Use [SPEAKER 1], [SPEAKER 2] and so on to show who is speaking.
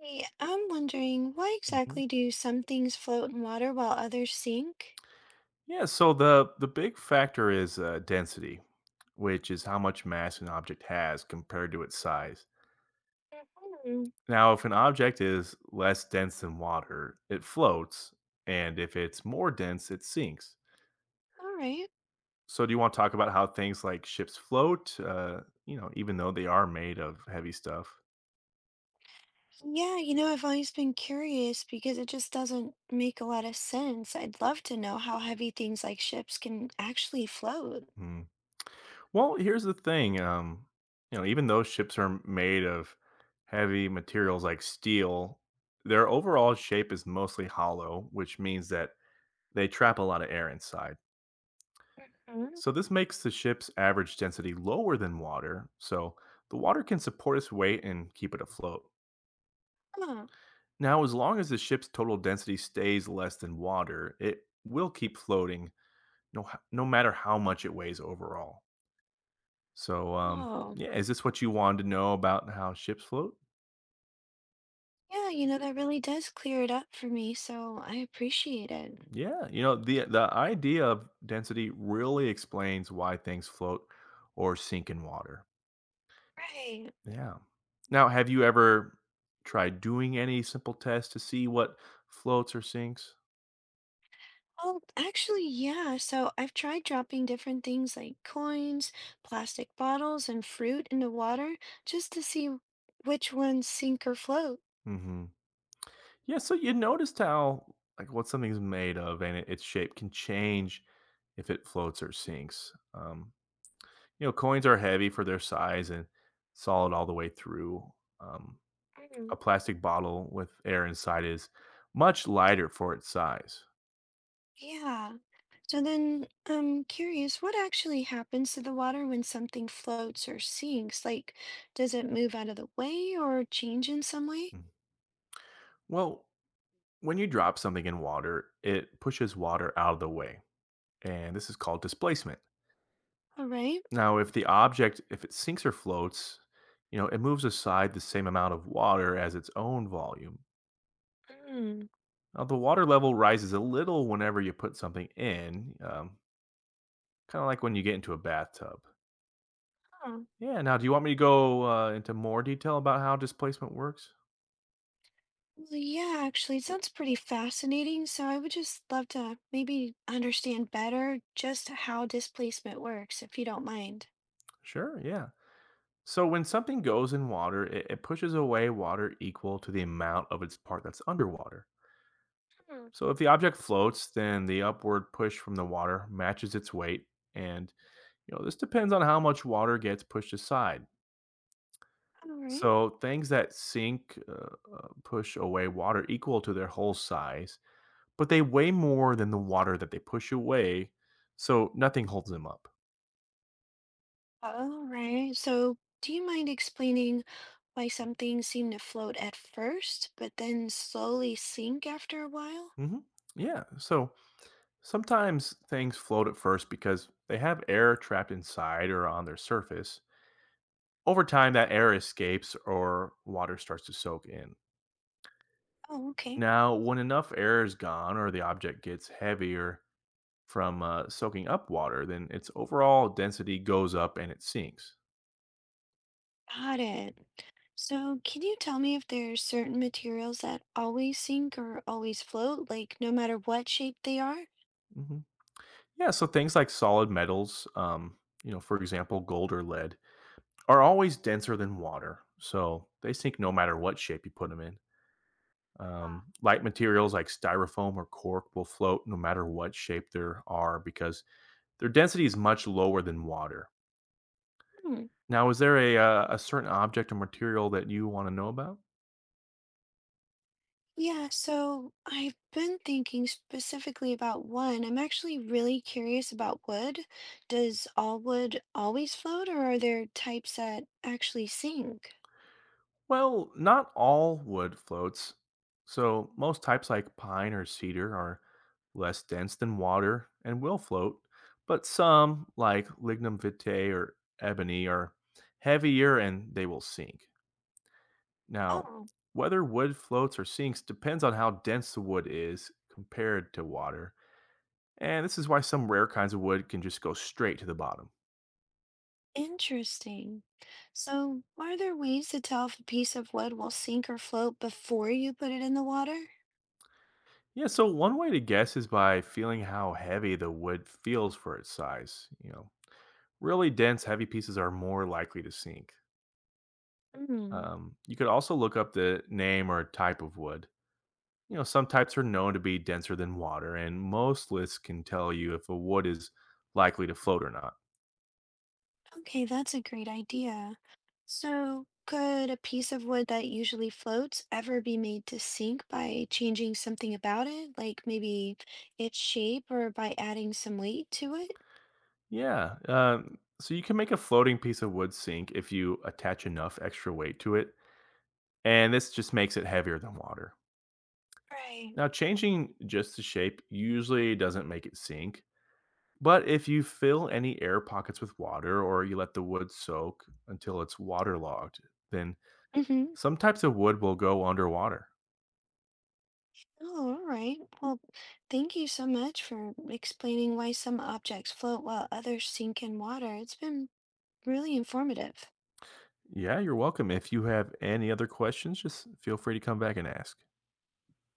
[SPEAKER 1] Hey, I'm wondering why
[SPEAKER 2] Mhm.
[SPEAKER 1] exactly do some things float in water while others sink?
[SPEAKER 2] Yeah, so the big factor is density, which is how much mass an object has compared to its size.
[SPEAKER 1] Hmm.
[SPEAKER 2] Now, if an object is less dense than water, it floats, and if it's more dense, it sinks.
[SPEAKER 1] All right.
[SPEAKER 2] So, do you want to talk about how things like ships float? Even though they are made of heavy stuff.
[SPEAKER 1] Yeah, I've always been curious because it just doesn't make a lot of sense. I'd love to know how heavy things like ships can actually float.
[SPEAKER 2] Hmm. Well, here's the thing. Even though ships are made of heavy materials like steel, their overall shape is mostly hollow, which means that they trap a lot of air inside.
[SPEAKER 1] Mhm.
[SPEAKER 2] So this makes the ship's average density lower than water. So the water can support its weight and keep it afloat.
[SPEAKER 1] Huh.
[SPEAKER 2] Now, as long as the ship's total density stays less than water, it will keep floating no matter how much it weighs overall. So,
[SPEAKER 1] Oh,
[SPEAKER 2] yeah, is this what you wanted to know about how ships float?
[SPEAKER 1] yeah, that really does clear it up for me, so I appreciate it.
[SPEAKER 2] Yeah, the idea of density really explains why things float or sink in water.
[SPEAKER 1] Right.
[SPEAKER 2] Yeah. Now, have you ever tried doing any simple tests to see what floats or sinks?
[SPEAKER 1] Oh, actually, yeah. So I've tried dropping different things like coins, plastic bottles, and fruit into water just to see which ones sink or float.
[SPEAKER 2] Hmm. Yeah, so you noticed how like what something's made of and its shape can change if it floats or sinks. Coins are heavy for their size and solid all the way through. Um, a
[SPEAKER 1] Mm.
[SPEAKER 2] plastic bottle with air inside is much lighter for its size.
[SPEAKER 1] Yeah. So then I'm curious, what actually happens to the water when something floats or sinks? Like, does it move out of the way or change in some way?
[SPEAKER 2] Mm. Well, when you drop something in water, it pushes water out of the way, and this is called displacement.
[SPEAKER 1] All right.
[SPEAKER 2] Now, if if it sinks or floats, it moves aside the same amount of water as its own volume.
[SPEAKER 1] Mm.
[SPEAKER 2] The water level rises a little whenever you put something in, kind of like when you get into a bathtub. Yeah, now do you want me to go into more detail about how displacement works?
[SPEAKER 1] Well, yeah, actually, it sounds pretty fascinating. So I would just love to maybe understand better just how displacement works, if you don't mind.
[SPEAKER 2] Sure, yeah. So when something goes in water, it pushes away water equal to the amount of its part that's underwater.
[SPEAKER 1] Hmm.
[SPEAKER 2] So if the object floats, then the upward push from the water matches its weight, and this depends on how much water gets pushed aside.
[SPEAKER 1] All right.
[SPEAKER 2] So things that sink, push away water equal to their whole size, but they weigh more than the water that they push away, so nothing holds them up.
[SPEAKER 1] All right. So do you mind explaining why some things seem to float at first, but then slowly sink after a while?
[SPEAKER 2] Hmm. Yeah. So sometimes things float at first because they have air trapped inside or on their surface. Over time, that air escapes or water starts to soak in.
[SPEAKER 1] Oh, okay.
[SPEAKER 2] Now, when enough air is gone or the object gets heavier from soaking up water, then its overall density goes up and it sinks.
[SPEAKER 1] Got it. So can you tell me if there's certain materials that always sink or always float, like no matter what shape they are?
[SPEAKER 2] Mhm. Yeah, so things like solid metals, for example, gold or lead, are always denser than water, so they sink no matter what shape you put them in.
[SPEAKER 1] Uh,
[SPEAKER 2] Light materials like styrofoam or cork will float no matter what shape there are because their density is much lower than water.
[SPEAKER 1] Hmm.
[SPEAKER 2] Now, is there a certain object or material that you want to know about?
[SPEAKER 1] Yeah, so I've been thinking specifically about one. I'm actually really curious about wood. Does all wood always float, or are there types that actually sink?
[SPEAKER 2] Well, not all wood floats. So, most types like pine or cedar are less dense than water and will float, but some, like lignum vitae or ebony, are heavier and they will sink. Now,
[SPEAKER 1] Oh,
[SPEAKER 2] whether wood floats or sinks depends on how dense the wood is compared to water, and this is why some rare kinds of wood can just go straight to the bottom.
[SPEAKER 1] interesting. So, are there ways to tell if a piece of wood will sink or float before you put it in the water?
[SPEAKER 2] Yeah, so one way to guess is by feeling how heavy the wood feels for its size. You know, really dense, heavy pieces are more likely to sink. You could also look up the name or type of wood. You know, some types are known to be denser than water, and most lists can tell you if a wood is likely to float or not.
[SPEAKER 1] Okay, that's a great idea. So, could a piece of wood that usually floats ever be made to sink by changing something about it, like maybe its shape or by adding some weight to it?
[SPEAKER 2] Yeah, so you can make a floating piece of wood sink if you attach enough extra weight to it, and this just makes it heavier than water.
[SPEAKER 1] Right.
[SPEAKER 2] Now, changing just the shape usually doesn't make it sink, but if you fill any air pockets with water or you let the wood soak until it's waterlogged, then
[SPEAKER 1] Mm-hmm.
[SPEAKER 2] some types of wood will go underwater.
[SPEAKER 1] Oh, all right. Well, thank you so much for explaining why some objects float while others sink in water. It's been really informative.
[SPEAKER 2] Yeah, you're welcome. If you have any other questions, just feel free to come back and ask.